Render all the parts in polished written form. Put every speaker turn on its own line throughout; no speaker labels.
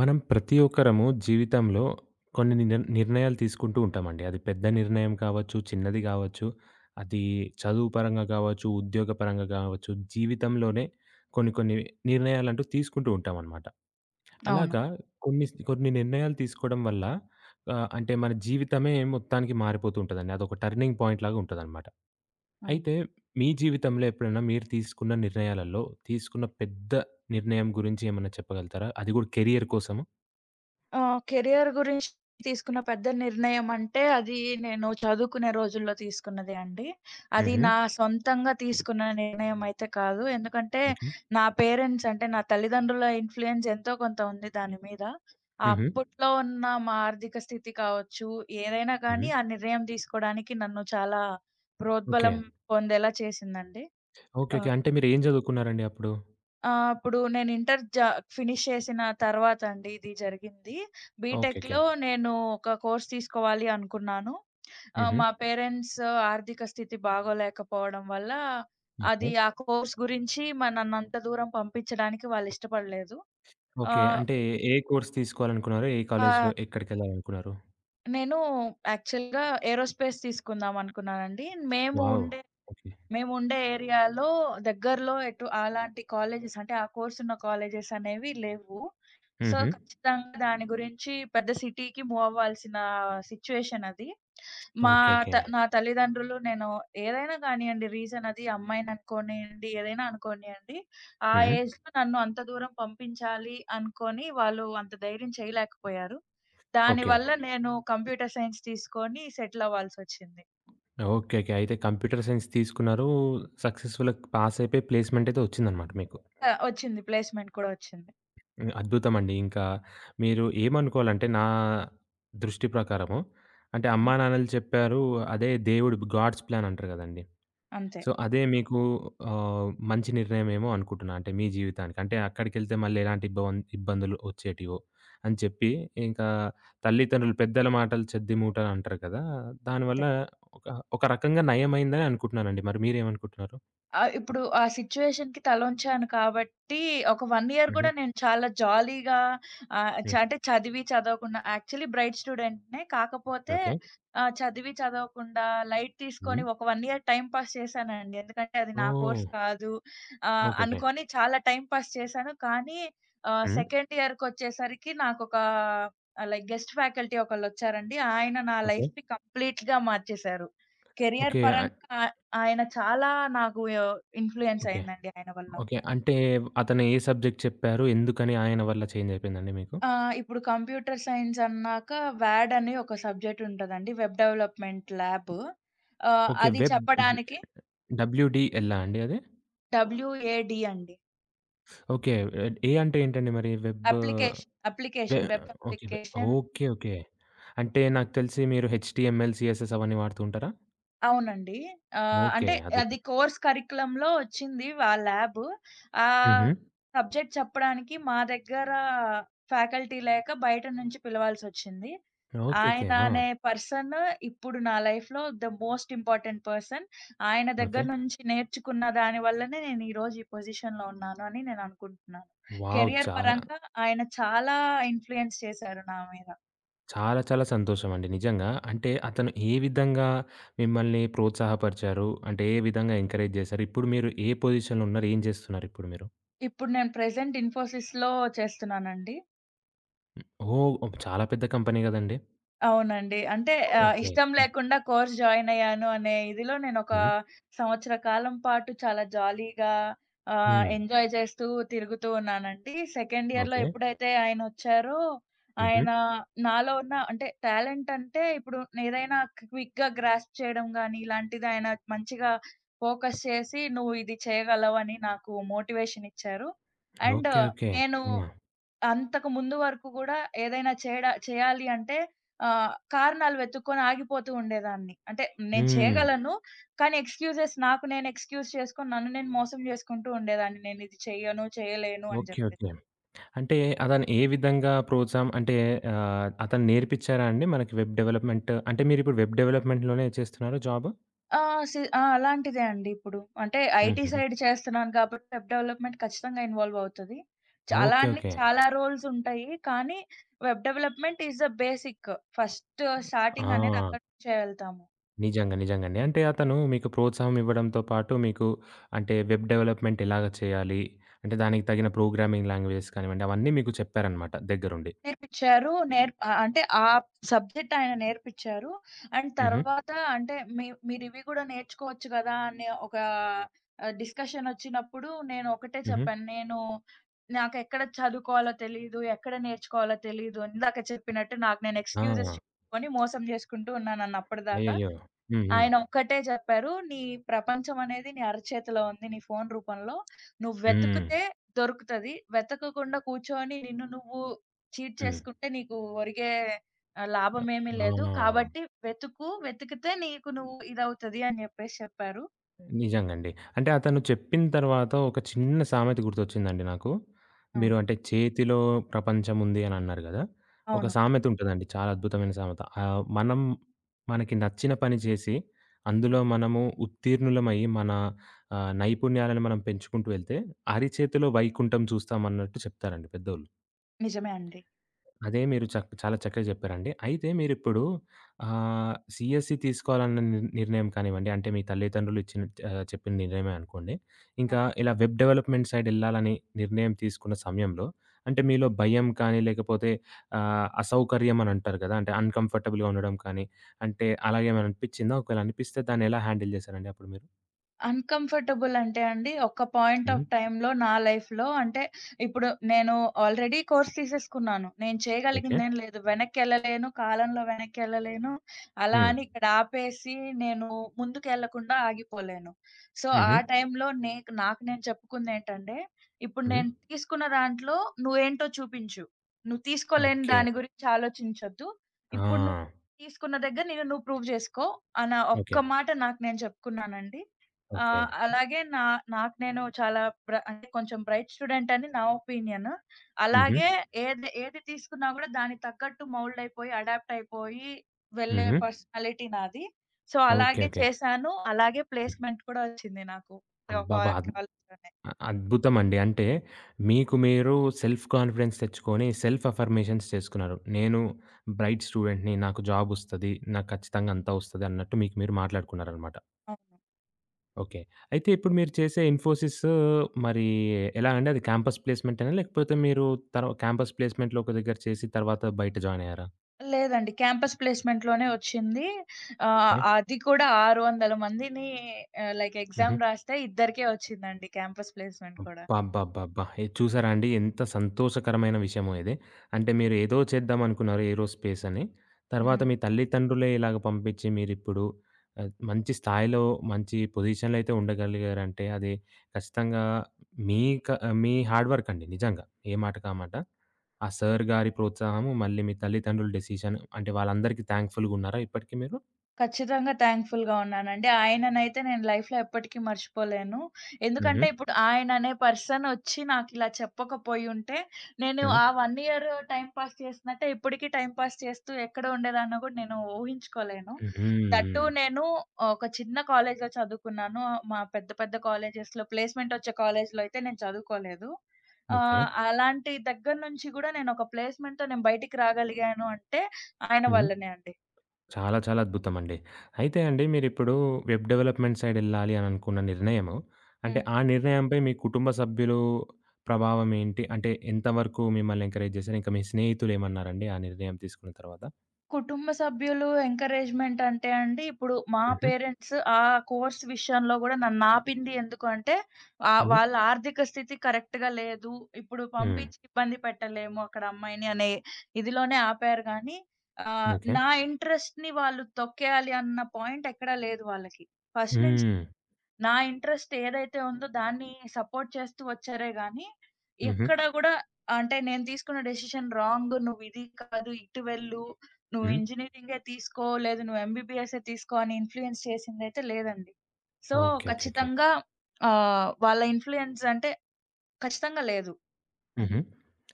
మనం ప్రతి ఒక్కరము జీవితంలో కొన్ని నిర్ణయాలు తీసుకుంటూ ఉంటామండి. అది పెద్ద నిర్ణయం కావచ్చు, చిన్నది కావచ్చు, అది చదువు పరంగా కావచ్చు, ఉద్యోగ పరంగా కావచ్చు, జీవితంలోనే కొన్ని కొన్ని నిర్ణయాలంటూ తీసుకుంటూ ఉంటామనమాట.
అవును.
అలాగా కొన్ని కొన్ని నిర్ణయాలు తీసుకోవడం వల్ల అంటే మన జీవితమే మొత్తానికి మారిపోతూ ఉంటదండి. అదొక టర్నింగ్ పాయింట్ లాగా ఉంటదనమాట.
అవును.
అయితే మీ జీవితంలో ఎప్పుడైనా మీరు తీసుకున్న నిర్ణయాలలో తీసుకున్న పెద్ద నిర్ణయం గురించి ఏమన్నా చెప్పగలుగుతారా? అది కూడా కెరియర్ కోసము?
కెరియర్ గురించి తీసుకున్న పెద్ద నిర్ణయం అంటే, అది నేను చదువుకునే రోజుల్లో తీసుకున్నదే అండి. అది
హుహు.
నా సొంతంగా తీసుకున్న నిర్ణయం అయితే కాదు. ఎందుకంటే,
ఓకే.
నా పేరెంట్స్ అంటే, నా తల్లిదండ్రుల ఇన్‌ఫ్లూయెన్స్ ఎంతో కొంత ఉంది దాని మీద.
హుహు.
అప్పట్లో ఉన్న మా ఆర్థిక స్థితి కావచ్చు, ఏదైనా
హుహు.
కానీ ఆ నిర్ణయం తీసుకోడానికి నన్ను చాలా
ఓకే.
ప్రోద్బలం పొందేలా చేసిందండి.
ఓకే.
ఆ!
ఓకే. అంటే మీరేం చదువుకున్నారండి అప్పుడు?
ఆ! అప్పుడు నేను ఇంటర్ ఫినిష్ చేసిన తర్వాత అండి ఇది జరిగింది.
ఓకే. ఓకే.
బీటెక్‌లో నేను ఒక కోర్స్ తీసుకోవాలి అనుకున్నాను.
హుహు.
మా పేరెంట్స్ ఆర్థిక స్థితి బాగోలేకపోవడం వల్ల,
ఓకే.
అది ఆ కోర్స్ గురించి నన్నంత దూరం పంపించడానికి వాళ్ళిష్టపడలేదు.
ఓకే.
ఆహ్,
అంటే ఏ కోర్స్ తీసుకోవాలనుకున్నారు? ఏ కాలేజ్‌లో
ఆహ్,
ఎక్కడికెళ్ళాలనుకున్నారు?
నేను యాక్చువల్‌గా ఏరోస్పేస్ తీసుకుందాం అనుకున్నానండి. మేము
వావ్!
ఉండే
ఓకే.
మేముండే ఏరియాలో దగ్గరలో ఎటు అలాంటి కాలేజెస్ అంటే, ఆ కోర్స్ ఉన్న కాలేజెస్ అనేవి లేవు. సో,
హుహు.
ఖచ్చితంగా దాని గురించి పెద్ద సిటీకి మూవ్ అవ్వాల్సిన సిట్యుయేషన్ అది.
ఓకే.
మా
ఓకే.
త నా తల్లిదండ్రులు నేను ఏదైనా కానియండి రీజన్ అది అమ్మాయిని అనుకోనియండి, ఏదైనా అనుకోనియండి. ఆ
హ్మ్.
ఏజ్‌లో నన్ను అంత దూరం పంపించాలి అనుకోని వాళ్ళు అంత ధైర్యం చేయలేకపోయారు.
ఓకే.
దానివల్ల నేను కంప్యూటర్ సైన్స్ తీసుకొని సెటిల్ అవ్వాల్సొచ్చింది.
ఓకే. ఓకే. అయితే కంప్యూటర్ సైన్స్ తీసుకున్నారు. సక్సెస్‌ఫుల్‌గా పాస్ అయిపోయి ప్లేస్‌మెంట్ అయితే వచ్చిందనమాట మీకు.
వచ్చింది, ప్లేస్‌మెంట్ కూడా వచ్చింది.
హ్మ్. అద్భుతమండి. ఇంకా మీరు ఏమనుకోవాలంటే నా దృష్టి ప్రకారము అంటే అమ్మా నాన్నలు చెప్పారు. అదే దేవుడు గాడ్స్ ప్లాన్ అంటారు కదండీ!
అంతే.
సో, అదే మీకు మంచి నిర్ణయమేమో అనుకుంటున్నా. అంటే మీ జీవితానికి. అంటే అక్కడికెళ్తే మళ్ళీ ఎలాంటి ఇబ్బందులు వచ్చేటివో అని చెప్పి, ఇంకా తల్లిదండ్రులు పెద్దల మాటలు చెద్ది మూటలంటారు కదా!
అంతే.
దానివల్ల ఒక ఒక రకంగా నయమైందని అనుకుంటున్నానండి. మరి మీరేమనుకుంటున్నారు?
ఇప్పుడు ఆ సిట్యుయేషన్‌కి తలొంచాను కాబట్టి, ఒక 1 ఇయర్
హుహు.
గూడా నేను చాలా జాలీగా ఆహ్, చ
హ్మ్.
అంటే చదివి చదవకుండా యాక్చువల్లీ బ్రైట్ స్టూడెంట్‌నే. కాకపోతే
ఓకే.
చదివి చదవకుండా లైట్ తీసుకొని
హ్మ్.
ఒక 1 ఇయర్ టైమ్ పాస్ చేశానండి. ఎందుకంటే అది నా
ఓహ్!
కోర్స్ కాదు
ఓకే. ఓకే.
అనుకోని చాలా టైమ్ పాస్ చేశాను. కానీ
హ్మ్.
సెకండ్ ఇయర్‌కొచ్చేసరికి నాకొక లైక్ గెస్ట్ ఫ్యాకల్టీ ఒకళ్ళొచ్చారండి. ఆయన నా
ఓకే.
లైఫ్‌ని కంప్లీట్‌గా మార్చేశారు. Career
okay.
పరంగా ఆయన చాలా నాకు ఇన్‌ఫ్లూయెన్స్
ఓకే.
అయిందండి ఆయన వల్ల.
ఓకే. అంటే అతను ఏ సబ్జెక్ట్ చెప్పారు? ఎందుకని ఆయన వల్ల చేంజ్ అయిపోయిందండి మీకు?
ఇప్పుడు కంప్యూటర్ సైన్స్ అన్నాక వ్యాడ్ అని ఒక సబ్జెక్ట్ ఉంటదండి. Web development lab.
ఓకే.
అది
వెబ్
చెప్పడానికి
డబ్ల్యూడీఎల్‌లా అండి అది?
డబ్ల్యూఏడీ అండి.
ఓకే. ఏ అంటే ఏంటండి మరి? వెబ్
అప్లికేషన్,
వె
application web
okay.
Application.
Okay. Okay. అంటే నాకు తెలిసి మీరు హెచ్‌టీఎంఎల్, సీఎస్ఎస్ అవన్నీ వాడుతూ ఉంటారా?
అవునండి. ఆహ్,
ఓకే.
అంటే అది
అద్భుతం.
కోర్స్ కరిక్యులమ్‌లో ఒచ్చింది ఆ ల్యాబ్. ఆ
హుహు.
సబ్జెక్ట్ చెప్పడానికి మా దగ్గర ఫ్యాకల్టీ లేక బయట నుంచి పిలవాల్సొచ్చింది.
ఓకే. ఓకే.
ఆయన
ఆ!
అనే పర్సన్ ఇప్పుడు నా లైఫ్‌లో ద మోస్ట్ ఇంపార్టెంట్ పర్సన్. ఆయన దగ్గర
ఓకే.
నుంచి నేర్చుకున్న దాని వల్లనే నేను ఈరోజు ఈ పొజిషన్‌లో ఉన్నాను అని నేను అనుకుంటున్నాను.
వావ్!
కెరియర్
చాలా,
పరంగా ఆయన చాలా ఇన్‌ఫ్లూయెన్స్ చేశారు నా మీద.
చాలా, చాలా సంతోషమండి నిజంగా. అంటే అతను ఏ విధంగా మిమ్మల్ని ప్రోత్సాహపరిచారు? అంటే ఏ విధంగా ఎంకరేజ్ చేశారు? ఇప్పుడు మీరు ఏ పొజిషన్‌లో ఉన్నారు? ఏం చేస్తున్నారు ఇప్పుడు మీరు?
ఇప్పుడు నేను ప్రెజెంట్ ఇన్ఫోసిస్‌లో చేస్తున్నానండి.
ఓహ్! చాలా పెద్ద కంపెనీ కదండీ!
అవునండి. అంటే
ఓకే.
ఇష్టం లేకుండా కోర్స్ జాయిన్ అయ్యాను అనే ఇదిలో నేనొక
హ్మ్.
సంవత్సర కాలం పాటు చాలా జాలీగా
హ్మ్.
ఎంజాయ్ చేస్తూ తిరుగుతూ ఉన్నానండి. సెకండ్ ఇయర్‌లో
ఓకే.
ఎప్పుడైతే ఆయనొచ్చారో,
హుహు.
ఆయన నాలో ఉన్న అంటే టాలెంట్ అంటే ఇప్పుడు ఏదైనా క్విక్‌గా గ్రాస్ప్ చేయడం గానీ, ఇలాంటిది ఆయన మంచిగా ఫోకస్ చేసి, "నువ్వు ఇది చేయగలవని" నాకు మోటివేషన్ ఇచ్చారు. And
okay. ఓకే.
నేను
ఆ!
అంతకు ముందు వరకు గూడా ఏదైనా చేయాలి అంటే కారణాలు వెతుక్కొని ఆగిపోతూ ఉండేదాన్ని. అంటే నేను
హ్మ్.
చేయగలను. కానీ ఎక్స్‌క్యూజెస్, నాకు నేను ఎక్స్‌క్యూజ్ చేసుకొని నన్ను నేను మోసం జేసుకుంటూ ఉండేదాన్ని. నేనిది చెయ్యను, చేయలేను అని
ఓకే.
జెప్పేసి.
ఓకే. అంటే అతను ఏ విధంగా ప్రోత్సాహం అంటే అతను నేర్పిచ్చారా అండి మనకి వెబ్ డెవలప్‌మెంట్? అంటే మీరిప్పుడు వెబ్ డెవలప్‌మెంట్‌లోనే చేస్తున్నారా జాబు?
ఆ! సి ఆ! అలాంటిదే అండి ఇప్పుడు. అంటే ఐటీ
హుహుహు.
సైడ్ చేస్తున్నాను కాబట్టి వెబ్ డెవలప్‌మెంట్ ఖచ్చితంగా ఇన్వాల్వ్ అవుతది. అలా
ఓకే.
అని
ఓకే.
చాలా రోల్స్ ఉంటాయి. కానీ web development is the basic. First starting అనేది
ఆ!
అక్కడి నుంచే వెళ్తాము.
నిజంగా. నిజంగండి. అంటే అతను మీకు ప్రోత్సాహం ఇవ్వడంతో పాటు మీకు అంటే వెబ్ డెవలప్‌మెంట్ ఎలాగ చేయాలి? అంటే దానికి తగిన ప్రోగ్రామింగ్ లాంగ్వేజెస్ కానివ్వండి అవన్నీ మీకు చెప్పారనమాట దగ్గరుండి.
నేర్పించారు. నేర్ప్ ఆహ్, అంటే ఆ సబ్జెక్ట్ ఆయన నేర్పించారు. అండ్
హుహు.
తర్వాత అంటే మీరివి కూడా నేర్చుకోవచ్చు కదా! అనే ఒక డిస్కషన్ వచ్చినప్పుడు నేను ఒకటే
హుహు.
చెప్పాను. నాకెక్కడ చదువుకోవాలో తెలీదు. ఎక్కడ నేర్చుకోవాలో తెలీదు. ఇందాక చెప్పినట్టు నాకు నేను
ఆ!
ఎక్స్‌క్యూజెస్ చెప్పుకొని మోసం చేసుకుంటూ ఉన్నానన్న అప్పటిదాకా.
అయ్యయ్యో! హ్మ్. హ్మ్.
ఆయన ఒక్కటే చెప్పారు. "నీ ప్రపంచం అనేది నీ అరచేతిలో ఉంది. నీ ఫోను రూపంలో. నువ్వు
హ్మ్.
వెతుకుతే దొరుకుతది. వెతకకుండా కూర్చొని నిన్ను నువ్వు చీట్
హ్మ్.
చేసుకుంటే నీకు ఒరిగే లాభమేమీ
ఆ!
లేదు. కాబట్టి వెతుకు. వెతికితే నీకు నువ్వు ఇదవుతది" అని చెప్పారు.
నిజంగండి. అంటే అతను చెప్పిన తర్వాత ఒక చిన్న సామెత గుర్తొచ్చిందండి నాకు. మీరు
అవును.
అంటే చేతిలో ప్రపంచముంది అని అన్నారు గదా! ఒక
అవును.
సామెత ఉంటదండి చాలా అద్భుతమైన సామెత. మనం మనకి నచ్చిన పని చేసి అందులో
హ్మ్.
మనము ఉత్తీర్ణులమయ్యి మన నైపుణ్యాలను మనం పెంచుకుంటూ వెళ్తే అరిచేతిలో వైకుంఠం చూస్తామన్నట్టు చెప్తారండి పెద్దోళ్ళు.
నిజమే అండి.
అదే మీరు చాలా చక్కగా చెప్పారండి. అయితే మీరిప్పుడు సీఎస్‌సి తీసుకోవాలన్న నిర్ణయం కానివ్వండి, అంటే మీ తల్లిదండ్రులు ఇచ్చిన చెప్పిన నిర్ణయమే అనుకోండి.
ఆ!
ఇంకా ఇలా వెబ్ డెవలప్‌మెంట్ సైడ్ ఎళ్ళాలని నిర్ణయం తీసుకున్న సమయంలో, అంటే మీలో భయం కానీ, లేకపోతే అసౌకర్యం అని అంటారు కదా! అంటే అన్‌కంఫర్టబుల్‌గా ఉండడం కానీ, అంటే అలాగేమైనా అనిపిచ్చిందా? ఒకవేళ అనిపిస్తే దాన్ని ఎలా హ్యాండిల్ చేశారండి అప్పుడు మీరు?
అన్‌కంఫర్టబుల్ అంటే అండి, ఒక పాయింట్ ఆఫ్
హ్మ్.
టైమ్‌లో నా లైఫ్‌లో అంటే, ఇప్పుడు నేను ఆల్రెడీ కోర్స్ తీసేసుకున్నాను. నేను
ఓకే.
చేయగలిగిందేం లేదు. వెనక్కెళ్ళలేను, కాలంలో వెనక్కెళ్ళలేను. అలా
హ్మ్.
అని ఇక్కడ ఆపేసి నేను ముందుకెళ్ళకుండా ఆగిపోలేను. సో,
హుహు.
ఆ టైంలో నాకు నేను చెప్పుకుందేంటంటే, ఇప్పుడు
హ్మ్.
నేను తీసుకున్న దాంట్లో నువ్వేంటో చూపించు. నువ్వు తీసుకోలేని
ఓకే.
దాని గురించి ఆలోచించొద్దు. ఇప్పుడు నువ్వు
ఆ!
తీసుకున్న దగ్గర నిన్ను నువ్వు ప్రూవ్ జేసుకో అన్న ఒక్క
ఓకే.
మాట నాకు నేను చెప్పుకున్నానండి. ఆ!
ఓకే.
అలాగే నాకు నేను చాలా బ్ర అంటే కొంచెం బ్రైట్ స్టూడెంట్ అని నా ఒపీనియన్.
హుహు.
అలాగే ఏది ఏది తీసుకున్నా గూడా దానికి తగ్గట్టు మౌల్డ్ అయిపోయి, అడాప్ట్ అయిపోయి వెళ్ళే
హుహు.
పర్సనాలిటీ నాది. So,
okay.
అలాగే
ఓకే.
చేశాను. అలాగే ప్లేస్‌మెంట్ కూడా వచ్చింది నాకు. ఒక
అబ్బబ్బా!
కాలేజ్‌లోనే.
అద్భుతమండి. అంటే మీకు మీరు సెల్ఫ్ కాన్ఫిడెన్స్ తెచ్చుకొని సెల్ఫ్ అఫర్మేషన్స్ చేసుకున్నారు. నేను బ్రైట్ స్టూడెంట్‌ని, నాకు జాబ్ ఒస్తది. నాకు ఖచ్చితంగా అంతా ఒస్తది అన్నట్టు మీకు మీరు మాట్లాడుకున్నారనమాట.
అవును.
ఓకే. అయితే ఇప్పుడు మీరు చేసే ఇన్ఫోసిస్ మరి ఎలా అండి? అది క్యాంపస్ ప్లేస్‌మెంటేనా? లేకపోతే మీరు క్యాంపస్ ప్లేస్‌మెంట్‌లో ఒక దగ్గర చేసి తర్వాత బయట జాయిన్ అయ్యారా?
లేదండి, క్యాంపస్ ప్లేస్‌మెంట్‌లోనే వచ్చింది.
ఓకే.
అది కూడా 600 మందిని లైక్
హుహు.
ఎగ్జామ్ రాస్తే ఇద్దరికే వచ్చిందండి క్యాంపస్ ప్లేస్‌మెంట్ కూడా.
అబ్బబ్బబ్బబ్బా! ఇది చూసారా అండి? ఎంత సంతోషకరమైన విషయమో ఇది. అంటే మీరు ఏదో చేద్దాం అనుకున్నారు ఏరోస్పేస్ అని. తర్వాత
హ్మ్.
మీ తల్లిదండ్రులే ఇలాగ పంపించి మీరిప్పుడు మంచి స్థాయిలో మంచి పొజిషన్‌లో అయితే ఉండగలిగారంటే అది ఖచ్చితంగా మీ క మీ హార్డ్ వర్క్ అండి నిజంగా. ఏ మాటకి ఆ మాట. ఆ సార్ గారి ప్రోత్సాహము మళ్ళీ మీ తల్లిదండ్రుల డెసిషన్ అంటే వాళ్ళందరికీ థాంక్‌ఫుల్‌గున్నారా ఇప్పటికి మీరు?
ఖచ్చితంగా థ్యాంక్‌ఫుల్‌గా ఉన్నానండి. ఆయననైతే నేను లైఫ్‌లో ఎప్పటికీ మర్చిపోలేను.
హుహు.
ఎందుకంటే ఇప్పుడు ఆయననే పర్సన్ ఒచ్చి నాకిలా చెప్పకపోయుంటే, నేను
హ్మ్.
ఆ 1 ఇయర్ టైమ్ పాస్ చేసినట్టే ఇప్పటికి టైమ్ పాస్ చేస్తూ ఎక్కడ ఉండేదాన్నో గూడా నేను ఊహించుకోలేను. దట్ టూ,
హుహు.
నేను ఒక చిన్న కాలేజ్‌లో చదువుకున్నాను. మా పెద్ద పెద్ద కాలేజెస్‌లో ప్లేస్‌మెంట్ ఒచ్చే కాలేజ్‌లో అయితే నేను చదువుకోలేదు.
ఓకే.
అలాంటి దగ్గర నుంచి గూడా నేనొక ప్లేస్‌మెంట్‌తో నేను బయటికి రాగలిగాను అంటే ఆయన
హ్మ్.
వల్లనే అండి.
చాలా చాలా అద్భుతమండి. అయితే అండి మీరిప్పుడు వెబ్ డెవలప్‌మెంట్ సైడ్ ఎళ్ళాలి అని అనుకున్న నిర్ణయము, అంటే
హ్మ్.
ఆ నిర్ణయంపై మీ కుటుంబ సభ్యులు ప్రభావం ఏంటి? అంటే ఎంత వరకు మిమ్మల్ని ఎంకరేజ్ చేశారు? ఇంకా మీ స్నేహితులు ఏమన్నారండి ఆ నిర్ణయం తీసుకున్న తర్వాత?
కుటుంబ సభ్యులు ఎంకరేజ్‌మెంట్ అంటే అండి, ఇప్పుడు మా
హుహు.
పేరెంట్స్ ఆ కోర్స్ విషయంలో గూడా నన్నాపింది ఎందుకు అంటే,
హ్మ్.
వాళ్ళ ఆర్థిక స్థితి కరెక్ట్‌గా లేదు. ఇప్పుడు
హ్మ్.
పంపించి ఇబ్బంది పెట్టలేము అక్కడ అమ్మాయిని అనే ఇదిలోనే ఆపారు గానీ,
ఓకే.
నా ఇంట్రెస్ట్‌ని వాళ్ళు తొక్కేయాలి అన్న పాయింట్ ఎక్కడా లేదు వాళ్ళకి. ఫస్ట్ నుంచి
హ్మ్.
నా ఇంట్రెస్ట్ ఏదైతే ఉందో దాన్ని సపోర్ట్ చేస్తూ వచ్చారే గానీ,
హుహు.
ఎక్కడ గూడా అంటే నేను తీసుకున్న డెసిషన్ రాంగ్. నువ్వు ఇది కాదు, ఇటు వెళ్ళు. నువ్వు
హ్మ్.
ఇంజినీరింగే తీసుకో, లేదు నువ్వు ఎంబీబీఎస్సే తీసుకో అని ఇన్‌ఫ్లూయెన్స్ చేసిందైతే లేదండి. So,
okay. ఓకే. ఓకే.
ఖచ్చితంగా వాళ్ళ ఇన్‌ఫ్లూయెన్స్ అంటే ఖచ్చితంగా లేదు అది.
హుహు.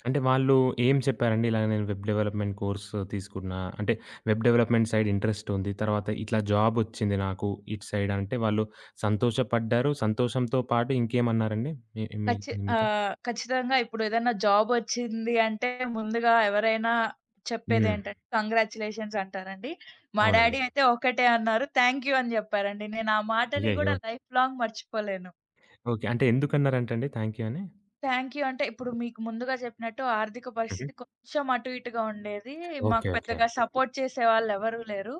అంటే వాళ్ళు ఏం చెప్పారండి? ఇలా నేను వెబ్ డెవలప్‌మెంట్ కోర్స్ తీసుకున్నా. అంటే వెబ్ డెవలప్‌మెంట్ సైడ్ ఇంట్రెస్ట్ ఉంది. తర్వాత ఇట్లా జాబ్ వచ్చింది నాకు ఇటు సైడ్ అంటే వాళ్ళు సంతోషపడ్డారు. సంతోషంతో పాటు ఇంకేమన్నారండి? మీ మీ మీతో?
ఖచ్చితంగా ఇప్పుడేదన్నా జాబొచ్చింది అంటే ముందుగా ఎవరైనా
హ్మ్.
చెప్పేదేంటంటే కంగ్రాచ్యులేషన్స్ అంటారండి. మా డ్యాడీ
అవునండి.
అయితే ఒకటే అన్నారు, థాంక్ యూ అని జెప్పారండి. నేను ఆ మాటని
అయ్యయ్యో!
గూడా లైఫ్ లాంగ్ మర్చిపోలేను.
ఓకే. అంటే ఎందుకన్నారంటండి థాంక్ యూ అని?
థ్యాంక్ యూ అంటే ఇప్పుడు మీకు ముందుగా చెప్పినట్టు ఆర్థిక
హుహు.
పరిస్థితి కొంచెం అటు ఇటుగా ఉండేది. మాకు
ఓకే. ఓకే.
పెద్దగా సపోర్ట్ చేసేవాళ్ళు ఎవరు లేరు.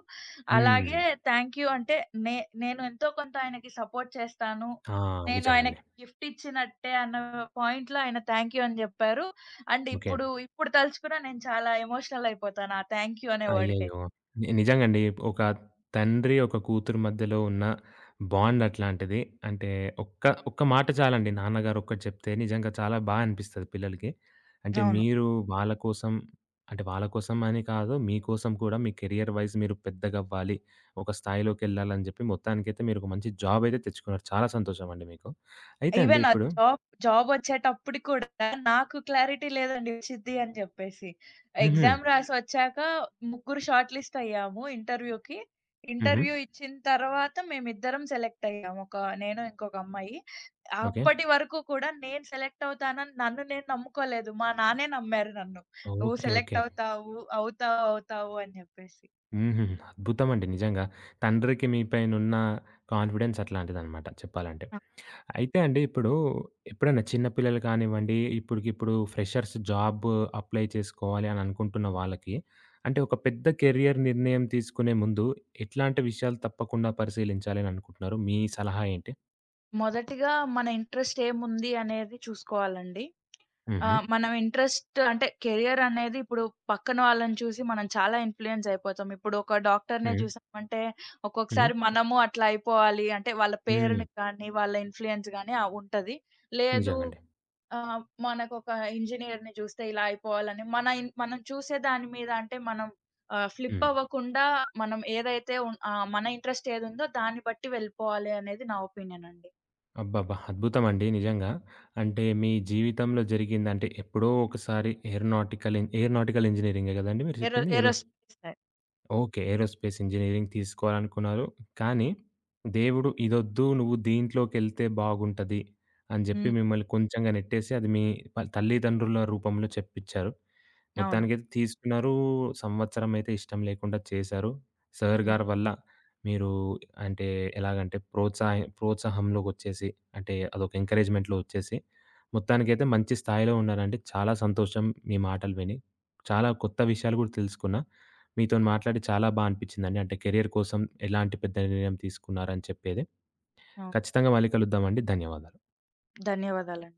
హ్మ్.
అలాగే థ్యాంక్ యూ అంటే నే నేను ఎంతో కొంత ఆయనకి సపోర్ట్ చేస్తాను.
ఆ!
నేను
నిజంగండి.
ఆయనకి గిఫ్ట్ ఇచ్చినట్టే అన్న పాయింట్‌లో ఆయన థ్యాంక్ యూ అని జెప్పారు. And
okay.
ఇప్పుడు ఇప్పుడు తలుచుకున్న నేను చాలా ఎమోషనల్ అయిపోతాను ఆ థ్యాంక్ యూ అనే వర్డ్‌కి.
అయ్యయ్యో! నిజంగండి. ఒక తండ్రి, ఒక కూతురు మధ్యలో ఉన్న బాండ్ అట్లాంటిది. అంటే ఒక్క, ఒక్క మాట చాలండి. నాన్నగారు ఒక్కటి చెప్తే నిజంగా చాలా బా అనిపిస్తది పిల్లలకి. అంటే
అవును.
మీరు వాళ్ళ కోసం అంటే వాళ్ళ కోసం అని కాదు, మీకోసం కూడా మీ కెరియర్ వైస్ మీరు పెద్దగవ్వాలి, ఒక స్థాయిలోకెళ్ళాలని చెప్పి మొత్తానికైతే మీరు ఒక మంచి జాబ్ అయితే తెచ్చుకున్నారు. చాలా సంతోషమండి మీకు. అయితే అండి
ఈవెన్ ఆ
ఇప్పుడు
జాబొచ్చేటప్పటికి కూడా నాకు క్లారిటీ లేదండి వచ్చిద్ది అని చెప్పేసి.
హుహు.
ఎగ్జామ్ రాసి వచ్చాక ముగ్గురు షార్ట్ లిస్ట్ అయ్యాము ఇంటర్వ్యూకి.
హుహు.
ఇంటర్వ్యూ ఇచ్చిన తర్వాత మేమిద్దరం సెలెక్ట్ అయ్యాము, ఒక నేను ఇంకొక అమ్మాయి.
ఓకే.
అప్పటి వరకు కూడా నేను సెలెక్ట్ అవుతానని నన్ను నేను నమ్ముకోలేదు. మా నాన్నే నమ్మారు నన్ను. "నువ్వు
ఓకే.
Select
okay.
అవుతావు. అవుతావు, అవుతావు" అని చెప్పేసి.
హుహు. అద్భుతమండి నిజంగా. తండ్రికి మీ పైనున్న కాన్ఫిడెన్స్ అట్లాంటిదనమాట చెప్పాలంటే.
అవును.
అయితే అండి ఇప్పుడు ఎప్పుడైనా చిన్న పిల్లలు కానివ్వండి, ఇప్పటికిప్పుడు ఫ్రెషర్స్ జాబ్ అప్లై చేసుకోవాలి అని అనుకుంటున్న వాళ్ళకి, అంటే ఒక పెద్ద కెరియర్ నిర్ణయం తీసుకునే ముందు ఎట్లాంటి విషయాలు తప్పకుండా పరిశీలించాలి అని అనుకుంటున్నారు? మీ సలహా ఏంటి?
మొదటిగా మన ఇంట్రెస్ట్ ఏముంది అనేది చూసుకోవాలండి.
హుహు.
మనం ఇంట్రెస్ట్ అంటే కెరియర్ అనేది ఇప్పుడు పక్కన వాళ్ళని చూసి మనం చాలా ఇన్‌ఫ్లూయెన్స్ అయిపోతాం. ఇప్పుడు ఒక డాక్టర్‌నే
హ్మ్.
చూసామంటే
హ్మ్.
ఒక్కొక్కసారి మనము అట్లా అయిపోవాలి అంటే వాళ్ళ
హ్మ్.
పేరుని కానీ, వాళ్ళ ఇన్‌ఫ్లూయెన్స్ గాని ఉంటది. లేదు,
నిజంగండి.
ఆహ్, మనకొక ఇంజినీర్‌ని చూస్తే ఇలా అయిపోవాలని మన ఇన్ మనం చూసే దాని మీద అంటే మనం ఫ్లిప్
హ్మ్.
అవ్వకుండా మనం మన ఇంట్రెస్ట్ ఏదుందో దాన్ని బట్టి వెళ్ళిపోవాలి అనేది నా ఒపీనియన్ అండి.
అబ్బబ్బా! అద్భుతమండి నిజంగా. అంటే మీ జీవితంలో జరిగింది అంటే ఎప్పుడో ఒకసారి ఏరోనాటికల్ ఇంజినీరింగే గదండీ మీరు చెప్పింది?
Aerospace side.
Okay. Aerospace engineering తీసుకోవాలనుకున్నారు. కానీ దేవుడు ఇదొద్దు నువ్వు దీంట్లోకెళ్తే బాగుంటది అని జెప్పి
హ్మ్.
మిమ్మల్ని కొంచెంగా నెట్టేసి అది మీ తల్లిదండ్రుల రూపంలో చెప్పిచ్చారు.
అవును.
మొత్తానికైతే తీసుకున్నారు. సంవత్సరమైతే ఇష్టం లేకుండా చేశారు. సార్
హ్మ్.
గారి వల్ల మీరు అంటే ఎలాగంటే ప్రోత్సాహంలోకొచ్చేసి అంటే అదొక ఎంకరేజ్‌మెంట్‌లో వచ్చేసి మొత్తానికైతే మంచి స్థాయిలో ఉన్నారండి. చాలా సంతోషం మీ మాటలు విని. చాలా కొత్త విషయాలు గూడా తెలుసుకున్నా. మీతోని మాట్లాడి చాలా బా అనిపించిందండి. అంటే కెరియర్ కోసం ఎలాంటి పెద్ద నిర్ణయం తీసుకున్నారని చెప్పేది.
అవును.
ఖచ్చితంగా మళ్ళీ కలుద్దామండి. ధన్యవాదాలు.
ధన్యవాదాలండి.